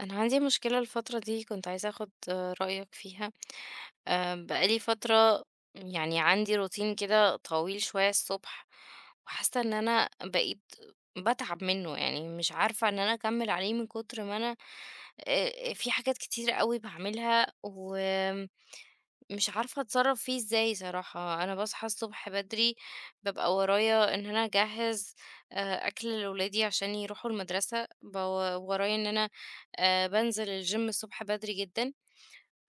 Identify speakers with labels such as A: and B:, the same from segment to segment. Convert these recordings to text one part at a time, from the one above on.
A: أنا عندي مشكلة الفترة دي كنت عايزة أخد رأيك فيها. بقالي فترة. يعني عندي روتين كده طويل شوية الصبح، وحاسة إن أنا بقيت بتعب منه، يعني مش عارفة إن أنا أكمل عليه من كتر ما أنا في حاجات كتير قوي بعملها. مش عارفة أتصرّف فيه إزاي صراحة. أنا باصحى الصبح بدري، بابقى ورايا إن أنا أجهّز أكل لولادي عشان يروحوا المدرسة. ورايا إن أنا بانزل الgym الصبح بدري جدًا.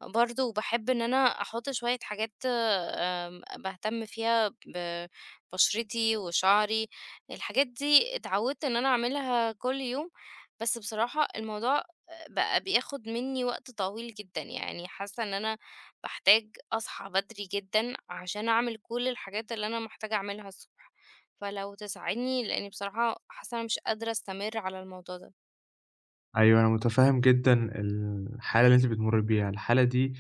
A: برضه باحب إن أنا أحط شوية حاجات، باهتم فيها ب بشرتي وشعري. الحاجات دي اتعودت إن أنا أعملها كل يوم، بس بصراحة الموضوع بقى بياخد مني وقت طويل جدًا. يعني حاسة إن أنا باحتاج أصحى بدري جدًا عشان أعمل كل الحاجات اللي أنا محتاجة أعملها الصبح، فلو تساعدني، لإني بصراحة حاسة أنا مش قادرة أستمر على الموضوع ده.
B: أيوه، أنا مُتفهِّم جدًا الحالة اللي أنتِ بتمُرّي بيها. الحالة دي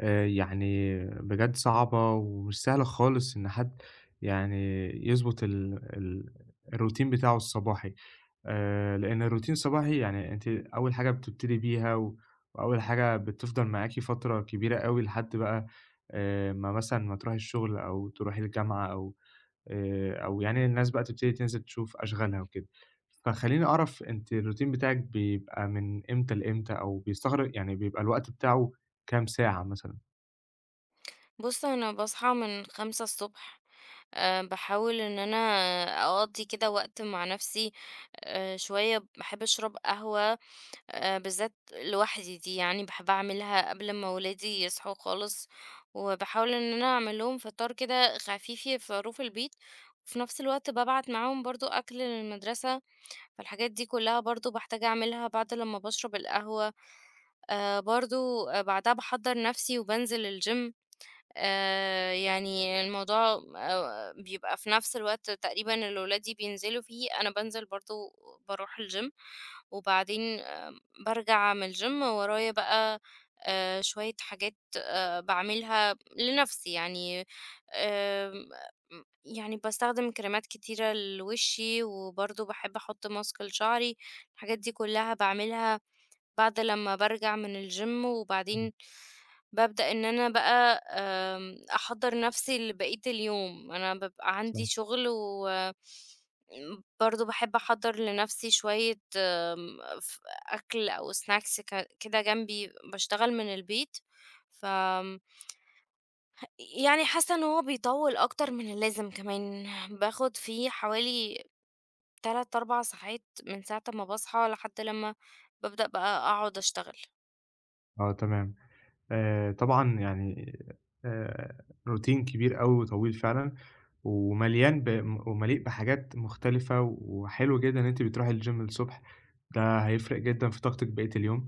B: يعني بجد صعبة ومش سهلة خالص إن حد يعني يضبط ال الروتين بتاعه الصباحي، لإن الروتين الصباحي يعني أنتِ أول حاجة بتبتدي بيها و وأول حاجة بتفضل معاكِ فترة كبيرة أوي لحد بقى ما مثلًا ما تروحي الشغل أو تروحي الجامعة أو أو يعني الناس بقى تبتدي تنزل تشوف أشغالها وكده. فخلّيني أعرف أنتِ الروتين بتاعِك بيبقى من إمتى لإمتى، أو بيستغرق يعني بيبقى الوقت بتاعه كام ساعة مثلًا؟
A: بُص، أنا باصحى من 5:00 ص. بحاول ان انا اقضي كده وقت مع نفسي. شوية بحب اشرب قهوة، بالذات لوحدي دي، يعني بحب اعملها قبل ما ولادي يصحوا خالص. وبحاول ان انا اعمل لهم فطار كده خفيف يفطروه في ظروف البيت، وفي نفس الوقت ببعت معاهم برضو اكل للمدرسة. فالحاجات دي كلها برضو بحتاج اعملها بعد لما بشرب القهوة. أه برضو آه، بعدها بحضر نفسي وبنزل الجيم. يعني الموضوع بيبقى في نفس الوقت تقريبًا اللي ولادي بينزلوا فيه، أنا بانزل برضه باروح الgym. وبعدين بارجع من الgym ورايا بقى شوية حاجات باعملها لنفسي، يعني آمم، يعني باستخدم كريمات كتيرة لوشي، وبرضه باحب أحط ماسك لشعري. الحاجات دي كلها باعملها بعد لمّا بارجع من الgym،
B: إمم.
A: وبعدين بابدأ إن أنا بقى، أحضّر نَفْسي لبقية اليوم. أنا بابقى عندي
B: صح.
A: شغل و برضه باحب أحضّر لنَفْسي شوية، آمم، ف أكل أو snacks كده جنبي باشتغل من البيت. ف آمم، يعني حاسّة إن هو بيطوّل أكتر من اللازم كمان. باخُد فيه حوالي 3، 4 ساعات من ساعة أمّا باصحى لحد لمّا بابدأ بقى أقعد أشتغل.
B: آه، تمام. طبعًا يعني آآ روتين كبير أوي وطويل فعلًا، ومليان ب ومليء بحاجات مختلفة، وحلو جدًا إن أنتِ بتروحي الgym الصبح، ده هيفرق جدًا في طاقتِك بقية اليوم.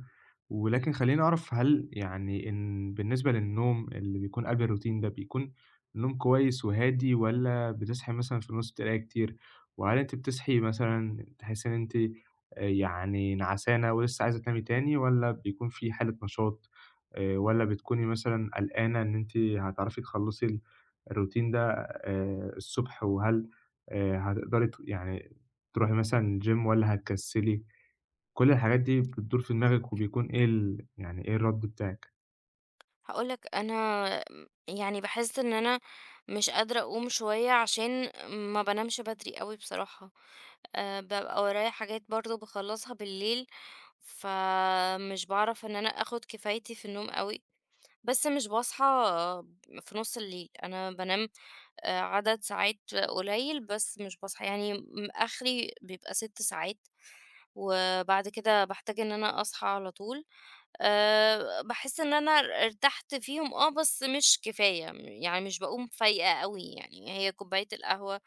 B: ولكن خلّيني أعرف، هل يعني إن بالنسبة للنوم اللي بيكون قبل الروتين ده، بيكون نوم كويس وهادي والّا بتصحي مثلًا في النُص تلاقي كتير؟ وهل أنتِ بتصحي مثلًا تحسي إن أنتِ آه، يعني نعسانة ولسه عايزة تنامي تاني، والّا بيكون في حالة نشاط؟ والّا بتكوني مثلًا قلقانة إن أنتِ هتعرفي تخلّصي الروتين ده الصبح، وهل هتقدري يعني تروحي مثلًا gym والّا هتكسّلي؟ كل الحاجات دي بتدور في دماغِك، وبيكون إيه ال، يعني إيه الرَد بتاعِك؟
A: هاقول لك أنا، يعني باحس إن أنا مش قادرة أقوم شوية عشان ما بانامش بدري أوي بصراحة. بابقى ورايا حاجات برضه باخلّصها بالليل، فمش باعرف إن أنا آخُد كفايتي في النوم أوي، بس مش باصحى في نُص الليل. أنا بانام عدد ساعات قليل، بس مش باصحى، يعني آخري بيبقى 6 ساعات، وبعد كده باحتاج إن أنا أصحى على طول. باحس إن أنا ارتحت فيهم، بس مش كفاية. يعني مش باقوم فايقة أوي يعني. هي كوباية القهوة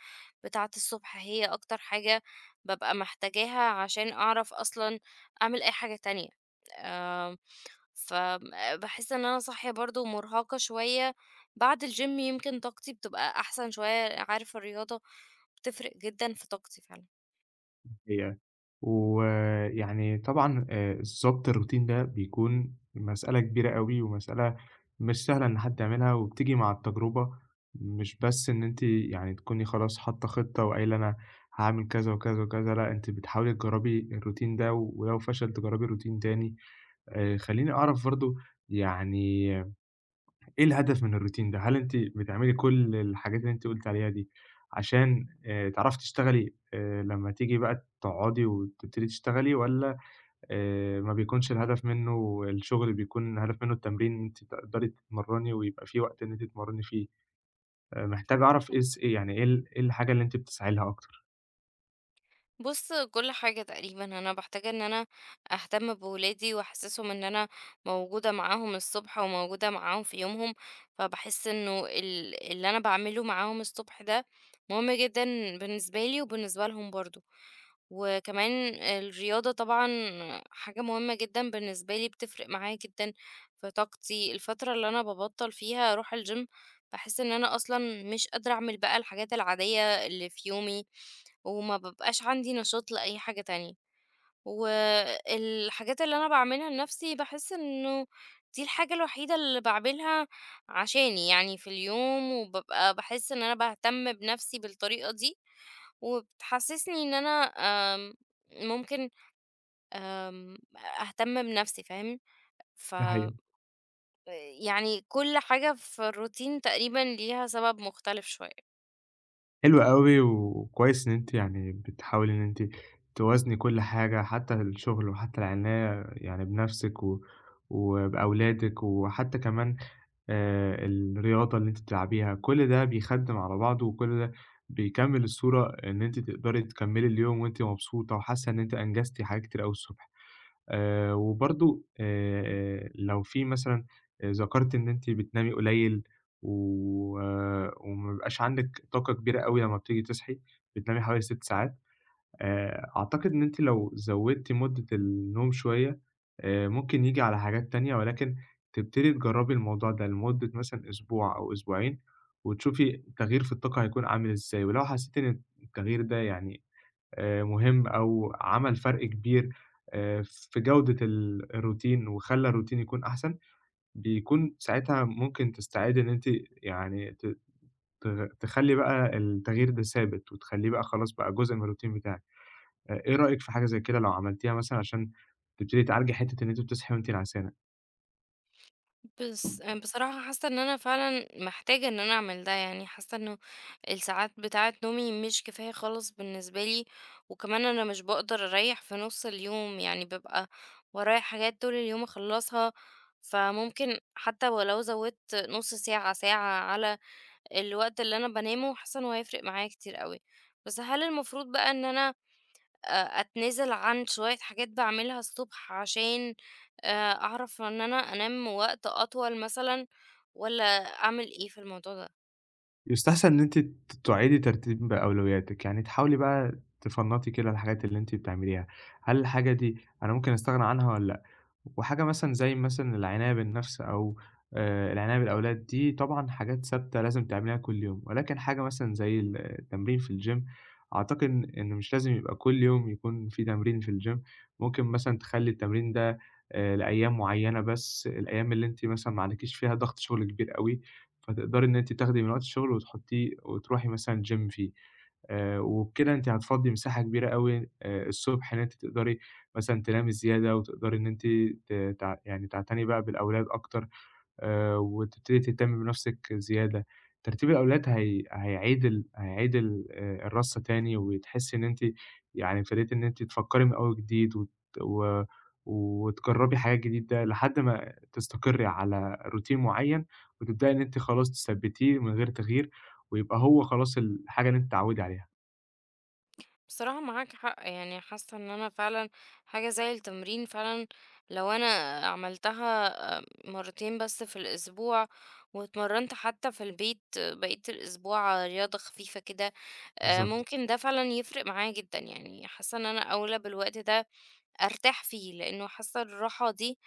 A: بتاعة الصبح هي أكتر حاجة بابقى محتاجاها عشان أعرف أصلًا أعمل أي حاجة تانية. آمم فباحس إن أنا صاحية برضه مرهقة شوية. بعد الgym يمكن طاقتي بتبقى أحسن شوية، عارف الرياضة بتفرق جدًا في طاقتي فعلًا.
B: هي ويعني طبعًا ضبط الروتين ده بيكون مسألة كبيرة أوي، ومسألة مش سهلة إن حد يعملها، وبتيجي مع التجربة. مش بس إن أنتِ يعني تكوني خلاص حاطة خطة وقايلة أنا هاعمل كذا وكذا وكذا، لأ، أنتِ بتحاولي تجرّبي الروتين ده، ولو فشل تجرّبي روتين تاني. خلّيني أعرف برضه، يعني إيه الهدف من الروتين ده؟ هل أنتِ بتعملي كل الحاجات اللي أنتِ قُلتِ عليها دي عشان تعرفي تشتغلي لمّا تيجي بقى تقعدي وتبتدي تشتغلي، والّا ما بيكونش الهدف منّه الشغل، بيكون الهدف منّه التمرين، إن أنتِ تقدري تتمرّني ويبقى في وقت إن أنتِ تتمرّني فيه؟ محتاج أعرف إيه يعني إيه ال، إيه الحاجة اللي أنتِ بتسعي لها أكتر؟
A: بُص، كل حاجة تقريبًا، أنا باحتاج إن أنا أهتم بولادي وأحسسهم إن أنا موجودة معاهم الصبح وموجودة معاهم في يومهم. فباحس إنه ال اللي أنا باعمله معاهم الصبح ده مهم جدًا بالنسبة لي وبالنسبة لهم برضه. وكمان الرياضة طبعًا حاجة مهمة جدًا بالنسبة لي، بتفرق معايا جدًا في طاقتي. الفترة اللي أنا بابطل فيها أروح الgym باحس إن أنا أصلًا مش قادرة أعمل بقى الحاجات العادية اللي في يومي، وما بابقاش عندي نشاط لأي حاجة تانية. والحاجات اللي أنا باعملها لنفسي باحس إنه دي الحاجة الوحيدة اللي باعملها عشاني يعني في اليوم، وبابقى باحس إن أنا باهتم بنفسي بالطريقة دي. وبتحسسني إن أنا، آمم، ممكن، آمم، أهتم بنفسي، فاهم؟ ف
B: دي حقيقة.
A: يعني كل حاجة في الروتين تقريبًا ليها سبب مختلف شوية.
B: حلو أوي، وكويس إن أنتِ يعني بتحاولي إن أنتِ توازني كل حاجة، حتى الشغل وحتى العناية يعني بنَفْسِك و وبأولادِك، وحتى كمان الرياضة اللي أنتِ بتلعبيها، كل ده بيخدِّم على بعضه، وكل ده بيكمّل الصورة إن أنتِ تقدري تكمّلي اليوم وأنتِ مبسوطة وحاسة إن أنتِ أنجزتِ حاجات كتير أوي الصبح. وبرضه لو في مثلًا ذكرتِ إن أنتِ بتنامي قليل و آه، وما بيبقاش عندِك طاقة كبيرة أوي لمّا بتيجي تصحي، بتنامي حوالي 6 ساعات. أعتقد إن أنتِ لو زوّدتِ مدة النوم شوية ممكن ييجي على حاجات تانية، ولكن تبتدي تجرّبي الموضوع ده لمدة مثلًا أسبوع أو أسبوعين وتشوفي التغيير في الطاقة هيكون عامل إزاي. ولو حسيتِ إن التغيير ده يعني مهم أو عمل فرق كبير في جودة الروتين وخلّى الروتين يكون أحسن، بيكون ساعتها ممكن تستعدي إن أنتِ يعني ت ت تخلّي بقى التغيير ده ثابت وتخلّيه بقى خلاص بقى جزء من الروتين بتاعِك. إيه رأيك في حاجة زي كده، لو عملتيها مثلًا عشان تبتدي تعالجي حتّة إن أنتِ بتصحي وأنتِ نعسانة؟
A: بس بصراحة حاسة ان انا فعلا محتاجة ان انا اعمل ده. يعني حاسة انه الساعات بتاعة نومي مش كفاية خالص بالنسبة لي. وكمان انا مش بقدر اريح في نص اليوم، يعني ببقى ورايا حاجات طول اليوم اخلصها. فممكن حتى ولو زودت نص ساعة ساعة على الوقت اللي انا بنامه، حاسة انه هيفرق معايا كتير قوي. بس هل المفروض بقى ان انا أتنازل عن شوية حاجات باعملها الصبح عشان أعرف إن أنا أنام وقت أطول مثلًا، والّا أعمل إيه في الموضوع ده؟
B: يستحسن إن أنتِ تعيدي ترتيب أولوياتِك، يعني تحاولي بقى تفنّطي كده الحاجات اللي أنتِ بتعمليها. هل الحاجة دي أنا ممكن أستغنى عنها والّا، وحاجة مثلعنى زي مثلًا العناية بالنفس أو العناية بالأولاد، دي طبعًا حاجات ثابتة لازم تعمليها كل يوم. ولكن حاجة مثلًا زي التمرين في الgym، أعتقد إن مش لازم يبقى كل يوم يكون في تمرين في الgym، ممكن مثلًا تخلّي التمرين ده لأيام معيّنة بس، الأيام اللي أنتِ مثلًا ما عليكيش فيها ضغط شغل كبير أوي، فتقدري إن أنتِ تاخدي من وقت الشغل وتحطيه وتروحي مثلًا الgym فيه. وبكده أنتِ هتفضّي مساحة كبيرة أوي الصبح إن أنتِ تقدري مثلًا تنامي زيادة، وتقدري إن أنتِ ت تع يعني تعتني بقى بالأولاد أكتر وتبتدي تهتمي بنَفْسِك زيادة. ترتيب الأولاد هي هيعيد ال الرَّصة تاني، وتحسّي إن أنتِ يعني ابتديتِ إن أنتِ تفكّري من أول جديد و وتجرّبي حاجات جديدة لحد ما تستقرّي على routine معيّن، وتبدئي إن أنتِ خلاص تثبّتيه من غير تغيير، ويبقى هو خلاص الحاجة اللي أنتِ تتعوّدي عليها.
A: بصراحة معاك حق، يعني حاسة إن أنا فعلًا حاجة زي التمرين فعلًا، لو أنا عملتها مرتين بس في الأسبوع، واتمرنت حتى في البيت بقية الأسبوع رياضة خفيفة كده،
B: بالضبط،
A: ممكن ده فعلًا يفرق معايا جدًا. يعني حاسة إن أنا أولى بالوقت ده أرتاح فيه، لإنه حاسة الراحة دي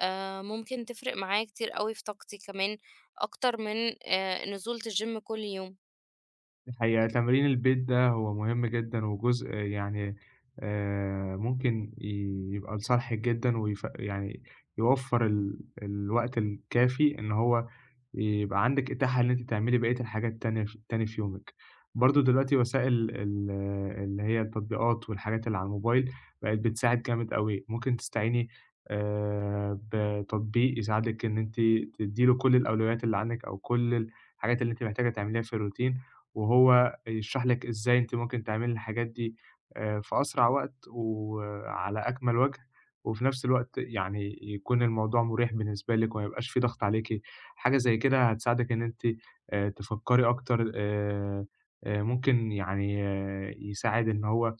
A: ممكن تفرق معايا كتير أوي في طاقتي كمان أكتر من نزولة الgym كل يوم.
B: دي حقيقة. تمرين البيت ده هو مهم جدًا وجزء يعني ممكن يبقى لصالحِك جدًا ويف يعني يوفّر الوقت الكافي إن هو يبقى عندِك إتاحة إن أنتِ تعملي بقية الحاجات التانية تاني في يومِك. برضه دلوقتي وسائل اللي هي التطبيقات والحاجات اللي على الموبايل بقت بتساعد جامد أوي، ممكن تستعيني بتطبيق يساعدِك إن أنتِ تدّي له كل الأولويات اللي عندِك، أو كل الحاجات اللي أنتِ محتاجة تعمليها في الروتين، وهو يشرح لِك إزاي أنتِ ممكن تعملي الحاجات دي في أسرع وقت وعلى أكمل وجه، وفي نفس الوقت يعني يكون الموضوع مُريح بالنسبة لِك وما يبقاش في ضغط عليكِ. حاجة زي كده هتساعدِك إن أنتِ تفكّري أكتر، ممكن يعني آه، يساعد إن هو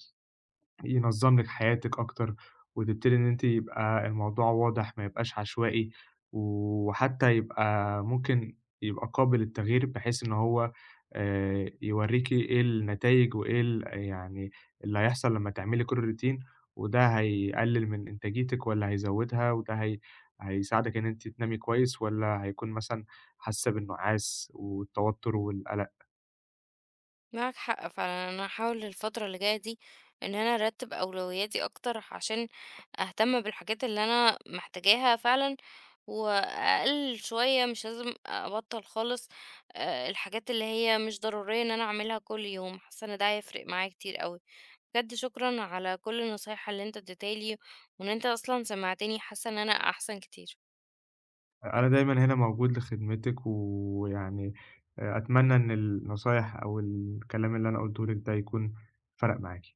B: ينظّم لِك حياتِك أكتر، وتبتدي إن أنتِ يبقى الموضوع واضح، ما يبقاش عشوائي، وحتى يبقى ممكن يبقى قابل للتغيير، بحيث إن هو يورّيكِ إيه النتايج، وإيه ال، يعني اللي هيحصل لمّا تعملي كل routine، وده هيقلل من إنتاجيتِك والّا هيزوّدها، وده هيساعدِك إن أنتِ تنامي كويس، والّا هيكون مثلًا حاسة بالنُعاس والتوتر والقلق؟
A: معاك حق فعلًا. أنا هاحاول الفترة اللي جاية دي إن أنا أرتّب أولوياتي أكتر عشان أهتم بالحاجات اللي أنا محتاجاها فعلًا، وأقلل شوية، مش لازم أبطّل خالص الحاجات اللي هي مش ضرورية إن أنا أعملها كل يوم. حاسة إن ده هيفرق معايا كتير أوي. بجد شكرًا على كل النصايح اللي أنت اديتها لي، وإن أنت أصلًا سمعتني. حاسة إن أنا أحسن كتير.
B: أنا دايمًا هنا موجود لخدمتِك. ويعني أتمنى إن النصايح أو الكلام اللي أنا قُلته لِك ده يكون فَرَق معاكِ.